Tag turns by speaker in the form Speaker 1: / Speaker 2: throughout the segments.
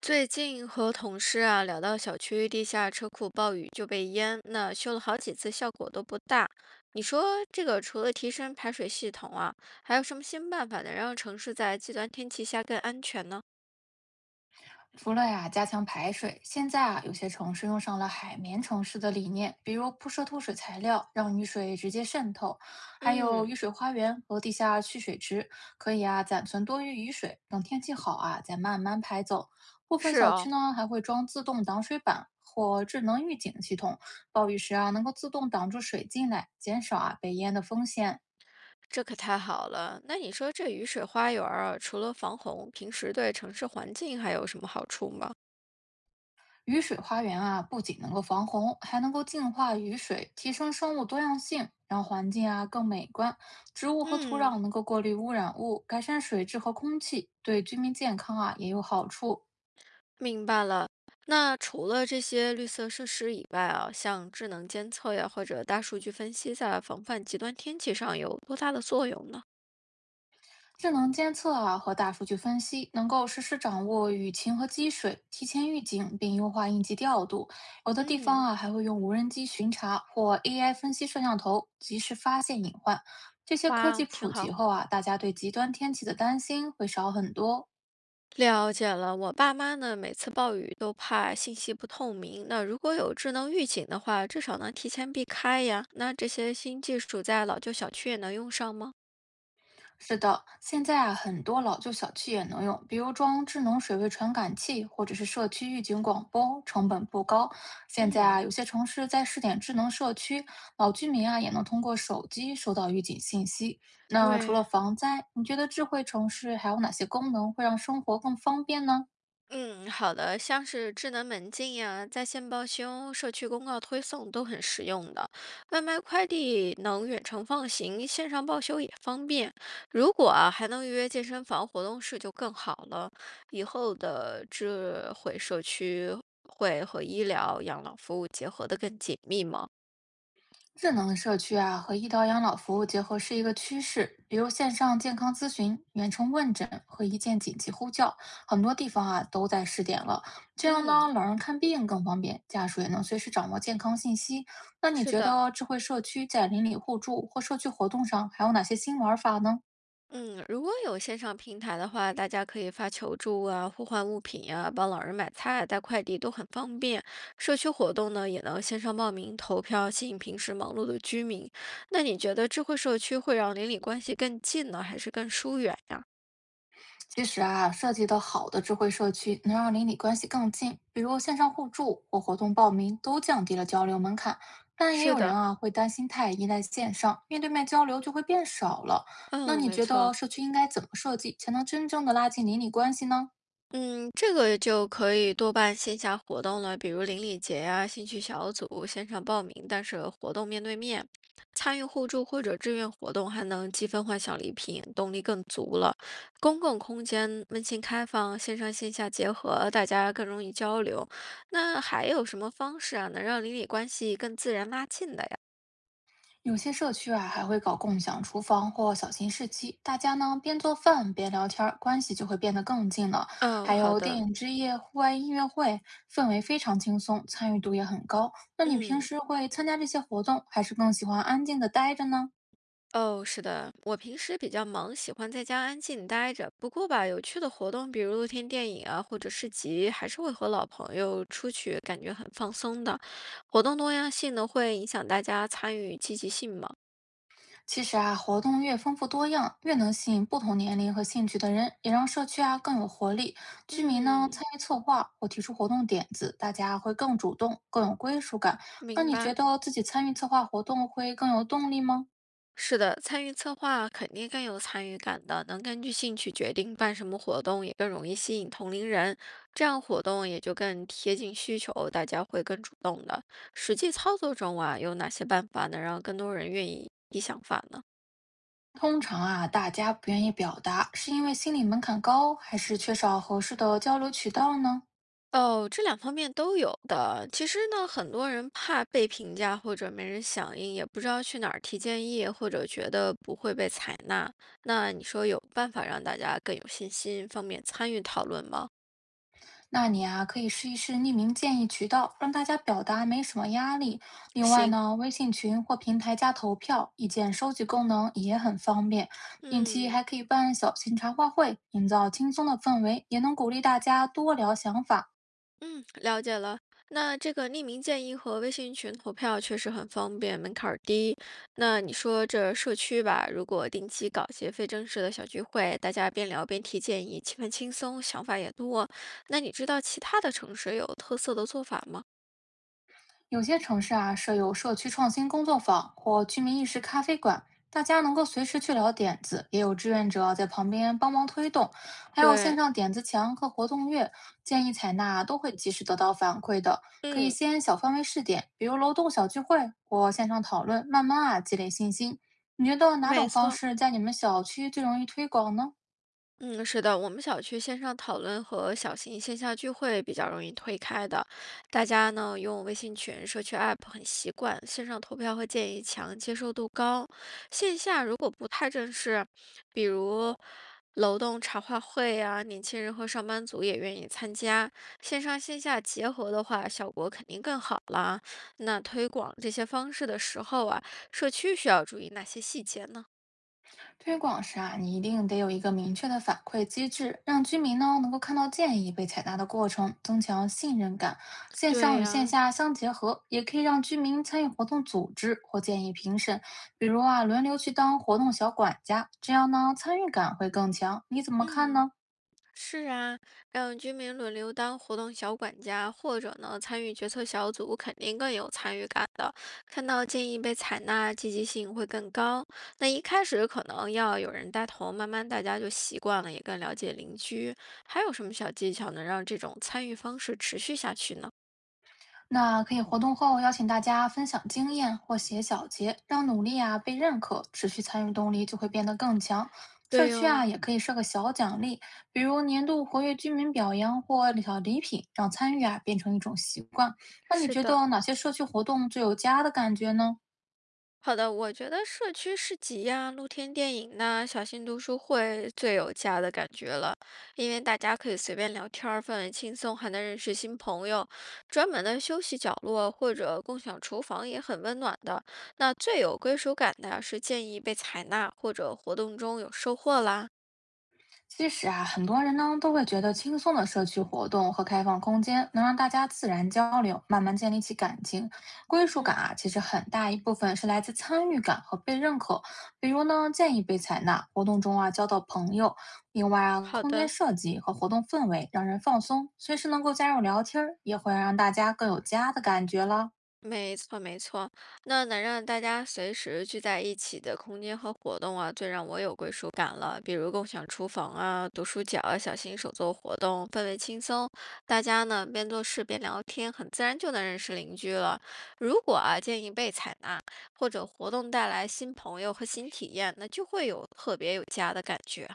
Speaker 1: 最近和同事啊聊到小区地下车库暴雨就被淹，那修了好几次效果都不大。你说这个除了提升排水系统啊，还有什么新办法能让城市在极端天气下更安全呢？
Speaker 2: 除了呀加强排水，现在啊有些城市用上了海绵城市的理念，比如铺设透水材料，让雨水直接渗透，还有
Speaker 1: 嗯，
Speaker 2: 雨水花园和地下蓄水池，可以啊暂存多余雨水，等天气好啊再慢慢排走。部分
Speaker 1: 是
Speaker 2: 小区
Speaker 1: 哦，
Speaker 2: 呢还会装自动挡水板或智能预警系统，暴雨时啊能够自动挡住水进来，减少啊被淹的风险。
Speaker 1: 这可太好了。那你说这雨水花园儿啊，除了防洪，平时对城市环境还有什么好处吗？
Speaker 2: 雨水花园啊，不仅能够防洪，还能够净化雨水，提升生物多样性，让环境啊更美观。植物和土壤
Speaker 1: 嗯，
Speaker 2: 能够过滤污染物，改善水质和空气，对居民健康啊也有好处。
Speaker 1: 明白了。那除了这些绿色设施以外啊，像智能监测呀，或者大数据分析，在防范极端天气上有多大的作用呢？
Speaker 2: 智能监测啊和大数据分析能够实时掌握雨情和积水，提前预警并优化应急调度。有的地方
Speaker 1: 嗯，
Speaker 2: 啊还会用无人机巡查或 AI 分析摄像头，及时发现隐患。这些科
Speaker 1: 哇哦，
Speaker 2: 技
Speaker 1: 挺
Speaker 2: 普及
Speaker 1: 好。
Speaker 2: 后啊，大家对极端天气的担心会少很多。
Speaker 1: 了解了，我爸妈呢，每次暴雨都怕信息不透明。那如果有智能预警的话，至少能提前避开呀。那这些新技术在老旧小区也能用上吗？
Speaker 2: 是的，现在啊，很多老旧小区也能用，比如装智能水位传感器，或者是社区预警广播，成本不高。现在啊，
Speaker 1: 嗯，
Speaker 2: 有些城市在试点智能社区，老居民啊也能通过手机收到预警信息。那除了
Speaker 1: 对，
Speaker 2: 防灾，你觉得智慧城市还有哪些功能会让生活更方便呢？
Speaker 1: 嗯，好的，像是智能门禁呀、在线报修、社区公告推送都很实用的。外卖快递能远程放行，线上报修也方便。如果啊还能预约健身房活动室就更好了。以后的智慧社区会和医疗养老服务结合的更紧密吗？
Speaker 2: 智能社区啊和医疗养老服务结合是一个趋势，比如线上健康咨询、远程问诊和一键紧急呼叫，很多地方啊都在试点了。这样呢，
Speaker 1: 嗯，
Speaker 2: 老人看病更方便，家属也能随时掌握健康信息。那你
Speaker 1: 是
Speaker 2: 觉
Speaker 1: 的。
Speaker 2: 得智慧社区在邻里互助或社区活动上还有哪些新玩法呢？
Speaker 1: 嗯，如果有线上平台的话，大家可以发求助啊、互换物品呀、帮老人买菜啊、带快递都很方便。社区活动呢，也能线上报名投票，吸引平时忙碌的居民。那你觉得智慧社区会让邻里关系更近呢，还是更疏远呀？
Speaker 2: 其实啊，设计的好的智慧社区能让邻里关系更近，比如线上互助或活动报名，都降低了交流门槛。但也
Speaker 1: 是
Speaker 2: 有
Speaker 1: 的，
Speaker 2: 人啊会担心太依赖线上，面对面交流就会变少了。那
Speaker 1: 嗯，
Speaker 2: 你
Speaker 1: 没
Speaker 2: 觉得
Speaker 1: 错。
Speaker 2: 社区应该怎么设计，才能真正的拉近邻里关系呢？
Speaker 1: 嗯，这个就可以多办线下活动了，比如邻里节啊、兴趣小组，线上报名，但是活动面对面，参与互助或者志愿活动，还能积分换小礼品，动力更足了。公共空间温馨开放，线上线下结合，大家更容易交流。那还有什么方式啊，能让邻里关系更自然拉近的呀？
Speaker 2: 有些社区啊还会搞共享厨房或小型市集，大家呢边做饭边聊天儿，关系就会变得更近了。
Speaker 1: 哦，
Speaker 2: 还
Speaker 1: 好
Speaker 2: 有电
Speaker 1: 的，
Speaker 2: 影之夜、户外音乐会，氛围非常轻松，参与度也很高。那你平
Speaker 1: 嗯。
Speaker 2: 时会参加这些活动，还是更喜欢安静的待着呢？
Speaker 1: 哦，是的，我平时比较忙，喜欢在家安静待着。不过吧，有趣的活动，比如露天电影啊，或者市集，还是会和老朋友出去，感觉很放松的。活动多样性呢，会影响大家参与积极性嘛？
Speaker 2: 其实啊，活动越丰富多样，越能吸引不同年龄和兴趣的人，也让社区啊更有活力。居民呢参
Speaker 1: 嗯，
Speaker 2: 与策划或提出活动点子，大家会更主动，更有归属感。那
Speaker 1: 明
Speaker 2: 你觉
Speaker 1: 白。
Speaker 2: 得自己参与策划活动会更有动力吗？
Speaker 1: 是的，参与策划肯定更有参与感的，能根据兴趣决定办什么活动，也更容易吸引同龄人，这样活动也就更贴近需求，大家会更主动的。实际操作中啊，有哪些办法能让更多人愿意提想法呢？
Speaker 2: 通常啊，大家不愿意表达，是因为心理门槛高，还是缺少合适的交流渠道呢？
Speaker 1: 哦，这两方面都有的。其实呢，很多人怕被评价或者没人响应，也不知道去哪儿提建议，或者觉得不会被采纳。那你说有办法让大家更有信心，方便参与讨论吗？
Speaker 2: 那你啊，可以试一试匿名建议渠道，让大家表达没什么压力。另外
Speaker 1: 行，
Speaker 2: 呢，微信群或平台加投票、意见收集功能也很方便。定期还
Speaker 1: 嗯
Speaker 2: 可以办小型茶话会，营造轻松的氛围，也能鼓励大家多聊想法。
Speaker 1: 嗯，了解了。那这个匿名建议和微信群投票确实很方便，门槛儿低。那你说这社区吧，如果定期搞些非正式的小聚会，大家边聊边提建议，气氛轻松，想法也多。那你知道其他的城市有特色的做法吗？
Speaker 2: 有些城市啊设有社区创新工作坊或居民意识咖啡馆，大家能够随时去聊点子，也有志愿者在旁边帮忙推动，还有线
Speaker 1: 对，
Speaker 2: 上点子墙和活动月，建议采纳都会及时得到反馈的。可以
Speaker 1: 嗯，
Speaker 2: 先小范围试点，比如楼栋小聚会或线上讨论，慢慢啊积累信心。你觉得哪种
Speaker 1: 没
Speaker 2: 方
Speaker 1: 错。
Speaker 2: 式在你们小区最容易推广呢？
Speaker 1: 嗯，是的，我们小区线上讨论和小型线下聚会比较容易推开的，大家呢用微信群、社区 app 很习惯，线上投票和建议强，接受度高。线下如果不太正式，比如楼栋茶话会啊，年轻人和上班族也愿意参加。线上线下结合的话，效果肯定更好啦。那推广这些方式的时候啊，社区需要注意哪些细节呢？
Speaker 2: 推广时啊，你一定得有一个明确的反馈机制，让居民呢能够看到建议被采纳的过程，增强信任感。线
Speaker 1: 对
Speaker 2: 上与线
Speaker 1: 呀、
Speaker 2: 下相结合，也可以让居民参与活动组织或建议评审，比如啊轮流去当活动小管家，这样呢参与感会更强。你怎么看
Speaker 1: 嗯。
Speaker 2: 呢？
Speaker 1: 是啊，让居民轮流当活动小管家，或者呢参与决策小组，肯定更有参与感的。看到建议被采纳，积极性会更高。那一开始可能要有人带头，慢慢大家就习惯了，也更了解邻居。还有什么小技巧能让这种参与方式持续下去呢？
Speaker 2: 那可以活动后邀请大家分享经验或写小结，让努力啊被认可，持续参与动力就会变得更强。社
Speaker 1: 对
Speaker 2: 区啊
Speaker 1: 哦，
Speaker 2: 也可以设个小奖励，比如年度活跃居民表扬或小礼品，让参与啊变成一种习惯。那你
Speaker 1: 是
Speaker 2: 觉
Speaker 1: 的，
Speaker 2: 得哪些社区活动最有家的感觉呢？
Speaker 1: 好的，我觉得社区市集呀、露天电影呐、小型读书会最有家的感觉了，因为大家可以随便聊天儿，氛围轻松，还能认识新朋友。专门的休息角落或者共享厨房也很温暖的。那最有归属感的是建议被采纳，或者活动中有收获啦。
Speaker 2: 其实啊，很多人呢都会觉得轻松的社区活动和开放空间能让大家自然交流，慢慢建立起感情、归属感
Speaker 1: 嗯，
Speaker 2: 啊。其实很大一部分是来自参与感和被认可，比如呢，建议被采纳，活动中啊交到朋友。另外啊，
Speaker 1: 好
Speaker 2: 空间
Speaker 1: 的。
Speaker 2: 设计和活动氛围让人放松，随时能够加入聊天儿，也会让大家更有家的感觉了。
Speaker 1: 没错，没错。那能让大家随时聚在一起的空间和活动啊，最让我有归属感了。比如共享厨房啊、读书角啊、小型手作活动，氛围轻松，大家呢边做事边聊天，很自然就能认识邻居了。如果啊建议被采纳，或者活动带来新朋友和新体验，那就会有特别有家的感觉。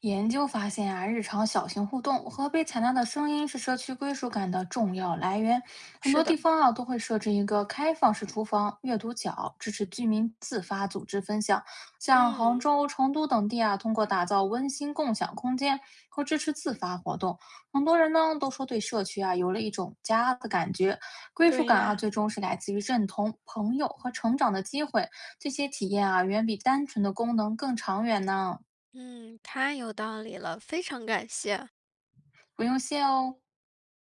Speaker 2: 研究发现啊，日常小型互动和被采纳的声音是社区归属感的重要来源。很多
Speaker 1: 是的，
Speaker 2: 地方啊都会设置一个开放式厨房、阅读角，支持居民自发组织分享。像杭
Speaker 1: 嗯
Speaker 2: 州、成都等地啊，通过打造温馨共享空间和支持自发活动，很多人呢都说对社区啊有了一种家的感觉。归属
Speaker 1: 对
Speaker 2: 感啊，
Speaker 1: 呀。
Speaker 2: 最终是来自于认同、朋友和成长的机会。这些体验啊，远比单纯的功能更长远呢，
Speaker 1: 嗯，太有道理了，非常感谢。
Speaker 2: 不用谢哦。